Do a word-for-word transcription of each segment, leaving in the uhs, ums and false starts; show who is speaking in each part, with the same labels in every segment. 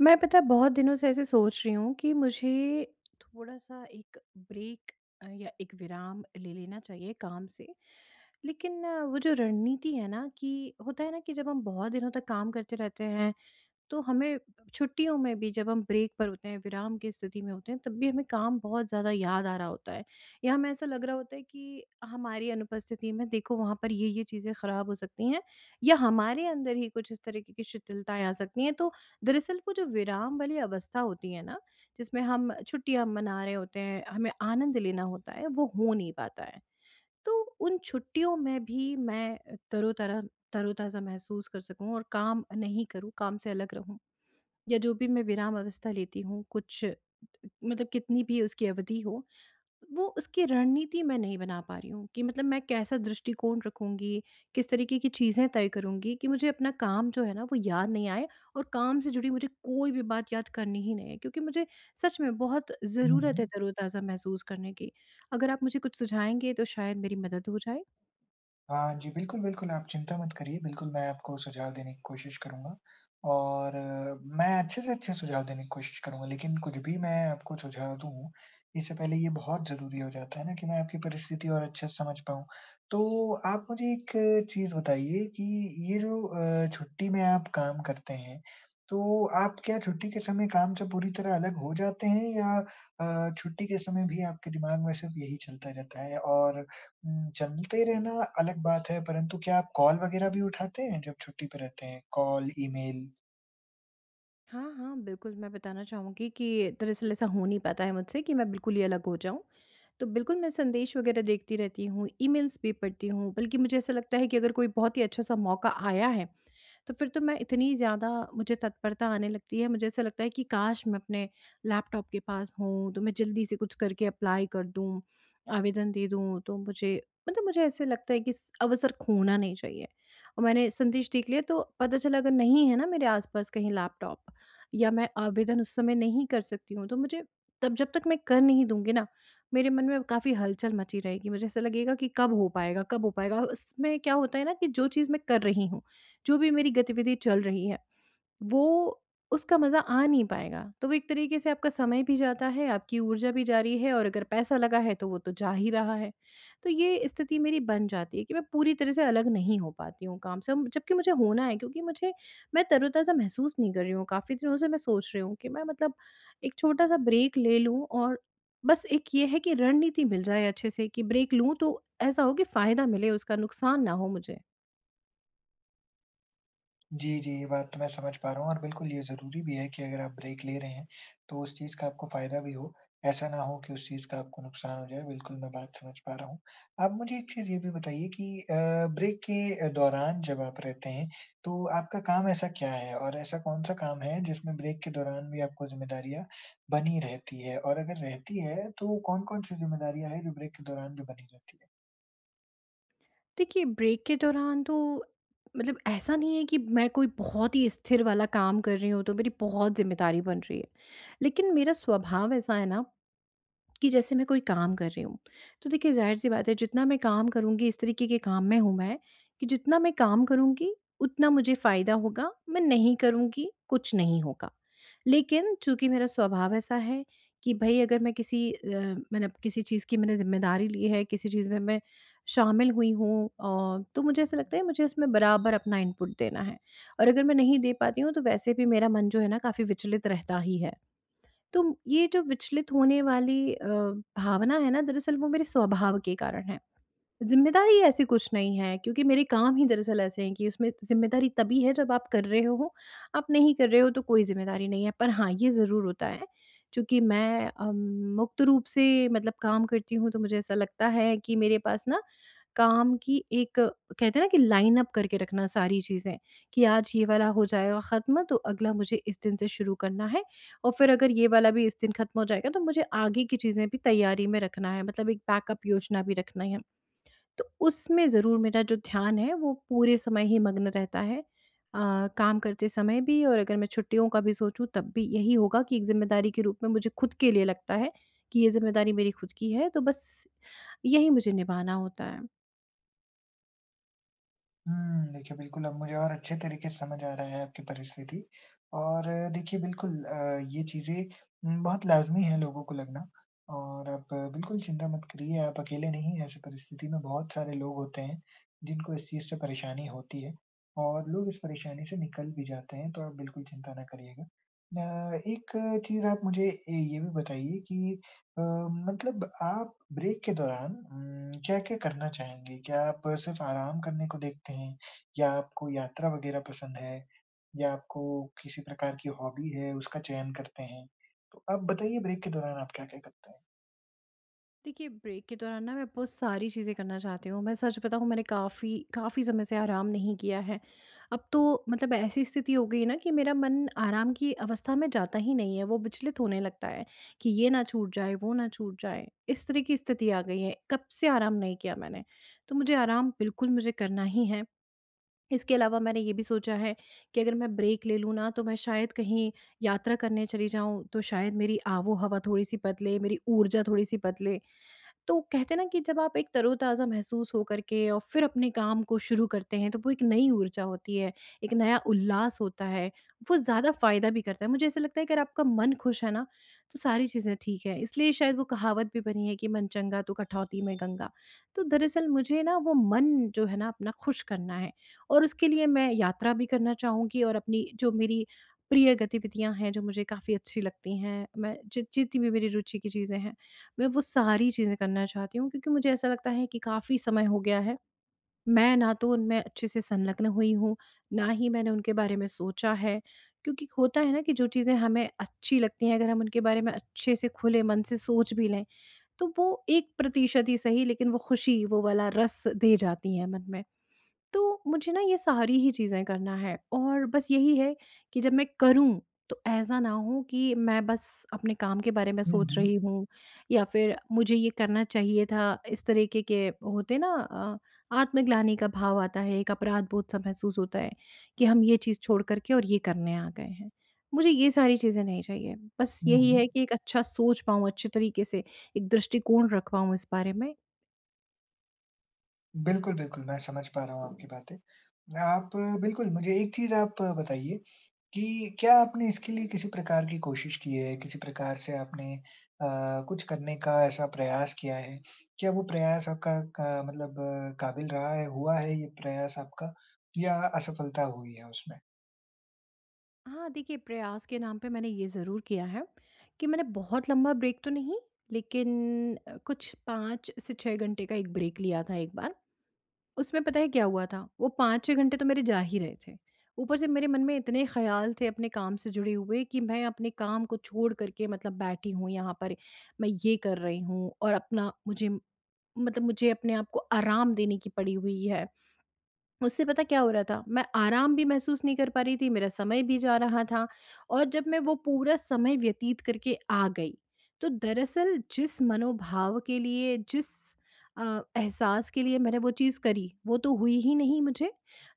Speaker 1: मैं पता है बहुत दिनों से ऐसे सोच रही हूँ कि मुझे थोड़ा-सा एक ब्रेक, अ, या एक विराम ले लेना चाहिए काम से। लेकिन अ, वो जो रणनीति है ना, कि होता है ना कि जब हम बहुत दिनों तक काम करते रहते हैं, तो हमें छुट्टियों में भी, जब हम ब्रेक पर होते हैं, विराम की स्थिति में होते हैं, तब भी हमें काम बहुत ज़्यादा याद आ रहा होता है, या हमें ऐसा लग रहा होता है कि हमारी अनुपस्थिति में देखो वहाँ पर ये-ये चीज़ें ख़राब हो सकती हैं, या हमारे अंदर ही कुछ इस तरीके की शिथिलताएँ आ सकती हैं। तो दरअसल वो जो विराम वाली अवस्था होती है ना, जिसमें हम छुट्टियाँ मना रहे होते हैं, हमें आनंद लेना होता है, वो हो नहीं पाता है। तो उन छुट्टियों में भी मैं तरोतारा तरोताज़ा महसूस कर सकूँ और काम नहीं करूँ, काम से अलग रहूँ। या जो भी मैं विराम अवस्था लेती हूँ, कुछ मतलब कितनी भी उसकी अवधि हो, वो उसकी रणनीति मैं नहीं बना पा रही हूँ कि मतलब मैं कैसा दृष्टिकोण रखूंगी, किस तरीके की चीज़ें तय करूंगी, कि मुझे अपना काम जो है ना, वो याद नहीं आए, और काम से जुड़ी मुझे कोई भी बात याद करनी ही नहीं है, क्योंकि मुझे सच में बहुत
Speaker 2: हुँ,
Speaker 1: ज़रूरत
Speaker 2: हुँ।
Speaker 1: है तरोताज़ा महसूस करने की। अगर आप मुझे कुछ सुझाएंगे, तो शायद मेरी मदद हो जाए।
Speaker 2: हाँ जी, बिल्कुल, बिल्कुल, आप चिंता मत करिए। बिल्कुल मैं आपको सुझाव देने की कोशिश करूँगा और अ, मैं अच्छे से अच्छे सुझाव देने की कोशिश करूँगा, लेकिन कुछ भी मैं आपको सुझाव दूँ, इससे पहले ये बहुत ज़रूरी हो जाता है ना कि मैं आपकी परिस्थिति और अच्छे से समझ पाऊँ। तो आप मुझे एक चीज़ बताइए कि ये जो अ, छुट्टी में आप काम करते हैं, तो आप क्या छुट्टी के समय काम से पूरी तरह अलग हो जाते हैं, या अ, छुट्टी के समय भी आपके दिमाग में सिर्फ़ यही चलता रहता है? और हुँ, चलते रहना अलग बात है, परंतु क्या आप कॉल वगैरह भी उठाते हैं जब छुट्टी पे रहते हैं? Call, email?
Speaker 1: हाँ, हाँ, बिल्कुल, मैं बताना चाहूँगी कि दरअसल ऐसा हो नहीं पाता है मुझसे कि मैं बिल्कुल ही अलग हो जाऊँ। तो बिल्कुल मैं संदेश वग़ैरह देखती रहती हूँ, ईमेल्स भी पढ़ती हूँ, बल्कि मुझे ऐसा लगता है कि अगर कोई बहुत ही अच्छा-सा मौका आया है, तो फिर तो मैं इतनी ज़्यादा, मुझे तत्परता आने लगती है, मुझे ऐसा लगता है कि काश मैं अपने लैपटॉप के पास हूँ, तो मैं जल्दी से कुछ करके अप्लाई कर दूँ, आवेदन दे दूँ। तो मुझे, मतलब मुझे ऐसे लगता है कि इस अवसर खोना नहीं चाहिए, और मैंने संदेश देख लिया तो पता चला, अगर नहीं है ना मेरे आस-पास कहीं लैपटॉप, या मैं आवेदन उस समय नहीं कर सकती हूँ, तो मुझे, तब जब तक मैं कर नहीं दूँगी ना, मेरे मन में काफ़ी हलचल मची रहेगी। मुझे ऐसा लगेगा कि कब हो पाएगा, कब हो पाएगा? उसमें क्या होता है ना, कि जो चीज़ मैं कर रही हूँ, जो भी मेरी गतिविधि चल रही है, वो उसका मज़ा आ नहीं पाएगा। तो वो एक तरीके से आपका समय भी जाता है, आपकी ऊर्जा भी जा रही है, और अगर पैसा लगा है तो वो तो जा ही रहा है। तो ये स्थिति मेरी बन जाती है कि मैं पूरी तरह से अलग नहीं हो पाती हूँ काम से, जबकि मुझे होना है, क्योंकि मुझे मैं तरोताज़ा महसूस नहीं कर रही हूँ। काफ़ी दिनों से मैं सोच रही हूँ कि मैं, मतलब एक छोटा-सा ब्रेक ले लूँ, और बस एक ये है कि रणनीति मिल जाए अच्छे से, कि ब्रेक लूँ तो ऐसा हो कि फ़ायदा मिले उसका, नुकसान ना हो मुझे।
Speaker 2: जी, जी, ये बात तो मैं समझ पा रहा हूँ, और बिल्कुल ये ज़रूरी भी है कि अगर आप ब्रेक ले रहे हैं, तो उस चीज़ का आपको फ़ायदा भी हो। ऐसा ना हो कि उस चीज़ का आपको नुकसान हो जाए। बिल्कुल मैं बात समझ पा रहा हूँ। आप मुझे एक चीज़ ये भी बताइए कि अ, ब्रेक के अ, दौरान जब आप रहते हैं, तो आपका काम ऐसा क्या है? और ऐसा कौन-सा काम है जिसमें ब्रेक के दौरान भी आपको ज़िम्मेदारियाँ बनी रहती है? और अगर रहती है, तो कौन-कौन सी ज़िम्मेदारियाँ हैं जो ब्रेक के दौरान भी बनी रहती है?
Speaker 1: देखिए, ब्रेक के दौरान तो मतलब ऐसा नहीं है कि मैं कोई बहुत ही स्थिर वाला काम कर रही हूँ, तो मेरी बहुत ज़िम्मेदारी बन रही है। लेकिन मेरा स्वभाव ऐसा है ना, कि जैसे मैं कोई काम कर रही हूँ, तो देखिए ज़ाहिर-सी बात है, जितना मैं काम करूँगी, इस तरीके के काम में हूँ मैं, कि जितना मैं काम करूँगी उतना मुझे फ़ायदा होगा, मैं नहीं करूँगी कुछ नहीं होगा। लेकिन चूँकि मेरा स्वभाव ऐसा है कि भई अगर मैं किसी अ, मैंने किसी चीज़ की मैंने ज़िम्मेदारी ली है, किसी चीज़ में मैं शामिल हुई हूँ, अ, तो मुझे ऐसा लगता है मुझे उसमें बराबर अपना इनपुट देना है। और अगर मैं नहीं दे पाती हूँ तो वैसे भी मेरा मन जो है ना काफ़ी विचलित रहता ही है। तो ये जो विचलित होने वाली अ, भावना है ना, दरअसल वो मेरे स्वभाव के कारण है। ज़िम्मेदारी ऐसी कुछ नहीं है, क्योंकि मेरे काम ही दरअसल ऐसे हैं कि उसमें ज़िम्मेदारी तभी है जब आप कर रहे हो, आप नहीं कर रहे हो तो कोई ज़िम्मेदारी नहीं है। पर हाँ, ये ज़रूर होता है, चूँकि मैं अम, मुक्त रूप से मतलब काम करती हूँ, तो मुझे ऐसा लगता है कि मेरे पास ना, काम की एक, कहते हैं ना कि लाइन अप करके रखना सारी चीज़ें, कि आज ये वाला हो जाएगा ख़त्म तो अगला मुझे इस दिन से शुरू करना है, और फिर अगर ये वाला भी इस दिन ख़त्म हो जाएगा तो मुझे आगे की चीज़ें भी तैयारी में रखना है, मतलब एक बैकअप योजना भी रखना है। तो उसमें ज़रूर मेरा जो ध्यान है वो पूरे समय ही मग्न रहता है। अ, काम करते समय भी, और अगर मैं छुट्टियों का भी सोचूँ तब भी यही होगा, कि एक ज़िम्मेदारी के रूप में मुझे खुद के लिए लगता है कि ये ज़िम्मेदारी मेरी खुद की है, तो बस यही मुझे निभाना होता है।
Speaker 2: हुँ, देखिए बिल्कुल, अब मुझे और अच्छे तरीके से समझ आ रहा है आपकी परिस्थिति। और अ, देखिए, बिल्कुल अ, ये चीज़ें उम, बहुत लाज़मी है लोगों को लगना, और आप अ, बिल्कुल चिंता मत करिए। आप अकेले नहीं हैं ऐसी परिस्थिति में, बहुत सारे लोग होते हैं जिनको इस चीज़ से परेशानी होती है, और लोग इस परेशानी से निकल भी जाते हैं, तो आप बिल्कुल चिंता ना करिएगा। अ, एक चीज़ आप मुझे ए ये भी बताइए कि अ, मतलब आप ब्रेक के दौरान उम, क्या-क्या करना चाहेंगे? क्या आप सिर्फ़ आराम करने को देखते हैं, या आपको यात्रा वग़ैरह पसंद है, या आपको किसी प्रकार की हॉबी है उसका चयन करते हैं? तो आप बताइए ब्रेक के दौरान आप क्या-क्या करते हैं?
Speaker 1: देखिए, ब्रेक के दौरान ना मैं बहुत सारी चीज़ें करना चाहती हूँ। मैं सच बताऊँ, मैंने काफ़ी काफ़ी समय से आराम नहीं किया है। अब तो मतलब ऐसी स्थिति हो गई है ना कि मेरा मन आराम की अवस्था में जाता ही नहीं है, वो विचलित होने लगता है कि ये ना छूट जाए, वो ना छूट जाए। इस तरह की स्थिति आ गई है, कब से आराम नहीं किया मैंने। तो मुझे आराम बिल्कुल मुझे करना ही है। इसके अलावा मैंने ये भी सोचा है कि अगर मैं ब्रेक ले लूँ ना, तो मैं शायद कहीं यात्रा करने चली जाऊँ, तो शायद मेरी आबो-हवा थोड़ी-सी बदले, मेरी ऊर्जा थोड़ी-सी बदले। तो कहते हैं ना कि जब आप एक तरोताज़ा महसूस हो करके और फिर अपने काम को शुरू करते हैं, तो वो एक नई ऊर्जा होती है, एक नया उल्लास होता है, वो ज़्यादा फ़ायदा भी करता है। मुझे ऐसा लगता है अगर आपका मन खुश है ना, तो सारी चीज़ें ठीक हैं। इसलिए शायद वो कहावत भी बनी है कि मन चंगा तो कठौती में गंगा। तो दरअसल मुझे ना वो मन जो है ना, अपना खुश करना है, और उसके लिए मैं यात्रा भी करना चाहूँगी, और अपनी जो मेरी प्रिय गतिविधियाँ हैं, जो मुझे काफ़ी अच्छी लगती हैं, मैं जि जितनी भी मेरी रुचि की चीज़ें हैं, मैं वो सारी चीज़ें करना चाहती हूँ, क्योंकि मुझे ऐसा लगता है कि काफ़ी समय हो गया है। मैं ना तो उनमें अच्छे से संलग्न हुई हूँ, ना ही मैंने उनके बारे में सोचा है। क्योंकि होता है ना कि जो चीज़ें हमें अच्छी लगती हैं, अगर हम उनके बारे में अच्छे से खुले मन से सोच भी लें, तो वो एक प्रतिशत ही सही, लेकिन वो खुशी, वो वाला रस दे जाती हैं मन में। तो मुझे ना ये सारी ही चीज़ें करना है, और बस यही है कि जब मैं करूँ तो ऐसा ना हो कि मैं बस अपने काम के बारे में
Speaker 2: हुँ,
Speaker 1: सोच
Speaker 2: हुँ।
Speaker 1: रही हूँ, या फिर मुझे ये करना चाहिए था। इस तरीके के होते ना, अ, आत्मग्लानि का भाव आता है, एक अपराध बोध सा महसूस होता है कि हम ये चीज़ छोड़ करके और ये करने आ गए हैं। मुझे ये सारी चीज़ें नहीं चाहिए, बस
Speaker 2: हुँ,
Speaker 1: यही
Speaker 2: हुँ।
Speaker 1: है कि एक अच्छा सोच पाऊँ, अच्छे तरीके से एक दृष्टिकोण रख पाऊँ इस बारे में।
Speaker 2: बिल्कुल, बिल्कुल मैं समझ पा रहा हूँ आपकी बातें। आप बिल्कुल मुझे एक चीज़ आप बताइए कि क्या आपने इसके लिए किसी प्रकार की कोशिश की है? किसी प्रकार से आपने अ, कुछ करने का ऐसा प्रयास किया है? क्या वो प्रयास आपका का मतलब अ, काबिल रहा है, हुआ है ये प्रयास आपका, या असफलता हुई है उसमें?
Speaker 1: हाँ, देखिए, प्रयास के नाम पे मैंने ये ज़रूर किया है कि मैंने बहुत लंबा ब्रेक तो नहीं, लेकिन अ, कुछ पाँच से छह घंटे का एक ब्रेक लिया था एक बार। उसमें पता है क्या हुआ था? वो पाँच छह घंटे तो मेरे जा ही रहे थे। ऊपर से मेरे मन में इतने ख़्याल थे अपने काम से जुड़े हुए, कि मैं अपने काम को छोड़ कर के मतलब बैठी हूँ यहाँ पर, मैं ये कर रही हूँ, और अपना मुझे, मतलब मुझे अपने आप को आराम देने की पड़ी हुई है। उससे पता क्या हो रहा था? मैं आराम भी महसूस नहीं कर पा रही थी, मेरा समय भी जा रहा था, और जब मैं वो पूरा समय व्यतीत करके आ गई, तो दरअसल जिस मनोभाव के लिए, जिस अ, एहसास के लिए मैंने वो चीज़ करी, वो तो हुई ही नहीं मुझे।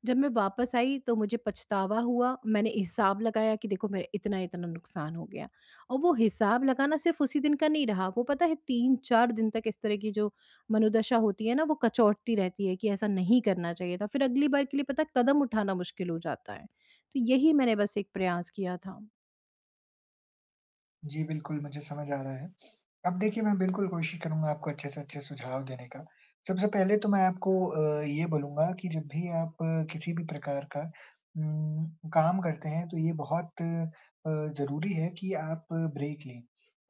Speaker 1: जब मैं वापस आई तो मुझे पछतावा हुआ, मैंने हिसाब लगाया कि देखो मेरा इतना-इतना नुकसान हो गया, और वो हिसाब लगाना सिर्फ़ उसी दिन का नहीं रहा, वो पता है तीन चार दिन तक इस तरह की जो मनोदशा होती है ना, वो कचौटती रहती है कि ऐसा नहीं करना चाहिए था। फिर अगली बार के लिए पता है कदम उठाना मुश्किल हो जाता है। तो यही मैंने बस एक प्रयास किया था।
Speaker 2: जी, बिल्कुल मुझे समझ आ रहा है। अब देखिए, मैं बिल्कुल कोशिश करूँगा आपको अच्छे से अच्छे सुझाव देने का। सबसे पहले तो मैं आपको अ, ये बोलूँगा कि जब भी आप अ, किसी भी प्रकार का उम, काम करते हैं, तो ये बहुत अ, ज़रूरी है कि आप ब्रेक लें,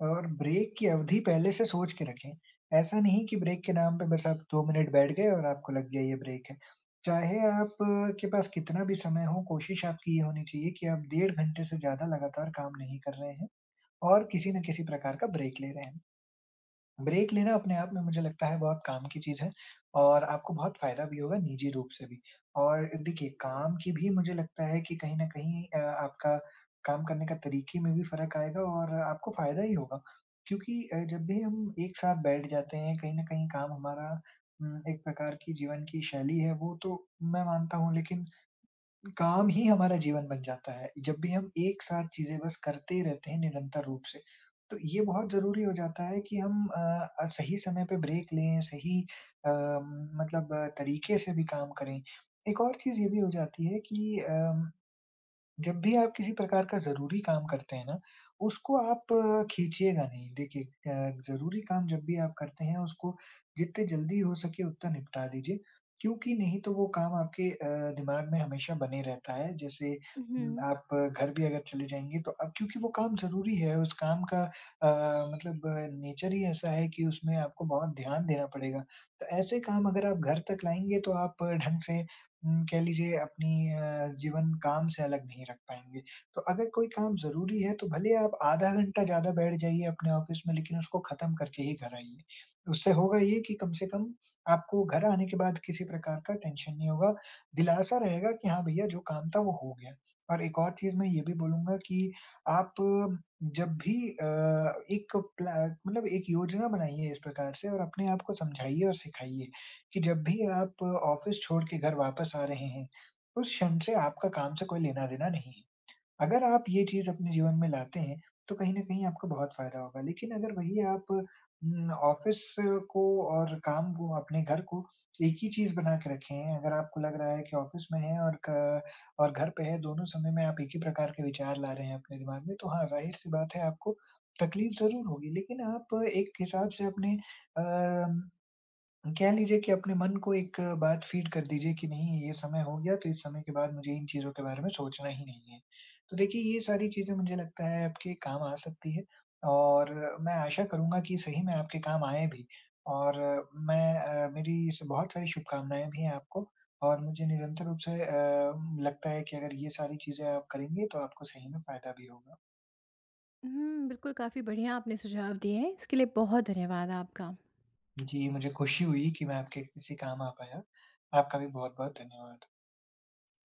Speaker 2: और ब्रेक की अवधि पहले से सोच के रखें। ऐसा नहीं कि ब्रेक के नाम पे बस आप 2 मिनट बैठ गए और आपको लग गया ये ब्रेक है। चाहे आप अ, के पास कितना भी समय हो, कोशिश आपकी ये होनी चाहिए कि आप डेढ़ घंटे से ज़्यादा लगातार काम नहीं कर रहे हैं, और किसी न किसी प्रकार का ब्रेक ले रहे हैं। ब्रेक लेना अपने आप में मुझे लगता है बहुत काम की चीज़ है, और आपको बहुत फ़ायदा भी होगा निजी रूप से भी। और देखिए, काम की भी मुझे लगता है कि कहीं न कहीं अ, आपका काम करने का तरीके में भी फ़र्क आएगा, और आपको फ़ायदा ही होगा। क्योंकि अ, जब भी हम एक साथ बैठ जाते हैं, कहीं न कहीं काम हमारा उम, एक प्रकार की जीवन की शैली है, वो तो मैं मानता हूँ, लेकिन काम ही हमारा जीवन बन जाता है। जब भी हम एक साथ चीज़ें बस करते ही रहते हैं निरंतर रूप से, तो ये बहुत ज़रूरी हो जाता है कि हम अ अ, सही समय पे ब्रेक लें, सही अ, मतलब अ, तरीके से भी काम करें। एक और चीज़ ये भी हो जाती है कि अम जब भी आप किसी प्रकार का ज़रूरी काम करते हैं ना, उसको आप अ, खींचिएगा नहीं। देखिए, अ, ज़रूरी काम जब भी आप करते हैं, उसको जितने जल्दी हो सके उतना निपटा दीजिए, क्योंकि नहीं तो वो काम आपके अ, दिमाग में हमेशा बने रहता है। जैसे उम,
Speaker 1: हुँ।
Speaker 2: आप अ, घर भी अगर चले जाएँगे तो अब क्योंकि वो काम ज़रूरी है, उस काम का अ, मतलब नेचर ही ऐसा है कि उसमें आपको बहुत ध्यान देना पड़ेगा। तो ऐसे काम अगर आप घर तक लाएँगे तो आप अ, ढंग से उम, कह लीजिए अपनी अ, जीवन काम से अलग नहीं रख पाएँगे। तो अगर कोई काम ज़रूरी है, तो भले आप आधा घंटा ज़्यादा बैठ जाइए अपने ऑफ़िस में, लेकिन उसको ख़त्म करके ही घर आइए। उससे होगा ये कि कम से कम आपको घर आने के बाद किसी प्रकार का टेंशन नहीं होगा। दिलासा रहेगा कि हाँ, भैया जो काम था वो हो गया। और एक और चीज़ मैं ये भी बोलूँगा कि आप जब भी अ, एक प्ला मतलब एक योजना बनाइए इस प्रकार से, और अपने आप को समझाइए और सिखाइए कि जब भी आप ऑफिस छोड़ के घर वापस आ रहे हैं, उस क्षण से आपका काम से कोई लेना-देना नहीं है। अगर आप ये चीज़ अपने जीवन में लाते हैं, तो कहीं न कहीं आपको बहुत फ़ायदा होगा। लेकिन अगर वही आप उम, ऑफिस को और काम को, अपने घर को एक ही चीज़ बना के रखे हैं, अगर आपको लग रहा है कि ऑफिस में है और क और घर पे है, दोनों समय में आप एक ही प्रकार के विचार ला रहे हैं अपने दिमाग में, तो हाँ, ज़ाहिर-सी बात है आपको तकलीफ़ ज़रूर होगी। लेकिन आप एक हिसाब से अपने, अ कह लीजिए, कि अपने मन को एक बात फीड कर दीजिए कि नहीं, ये समय हो गया तो इस समय के बाद मुझे इन चीज़ों के बारे में सोचना ही नहीं है। तो देखिए, ये सारी चीज़ें मुझे लगता है आपके काम आ सकती है, और मैं आशा करूँगा कि सही में आपके काम आएँ भी, और मैं अ, मेरी स बहुत सारी शुभकामनाएँ भी हैं आपको, और मुझे निरंतर रूप से अ, लगता है कि अगर ये सारी चीज़ें आप करेंगे तो आपको सही में फ़ायदा भी होगा।
Speaker 1: हुँ, बिल्कुल काफ़ी बढ़िया आपने सुझाव दिए हैं। इसके लिए बहुत धन्यवाद आपका।
Speaker 2: जी, मुझे खुशी हुई कि मैं आपके किसी काम आ पाया। आपका भी बहुत-बहुत धन्यवाद।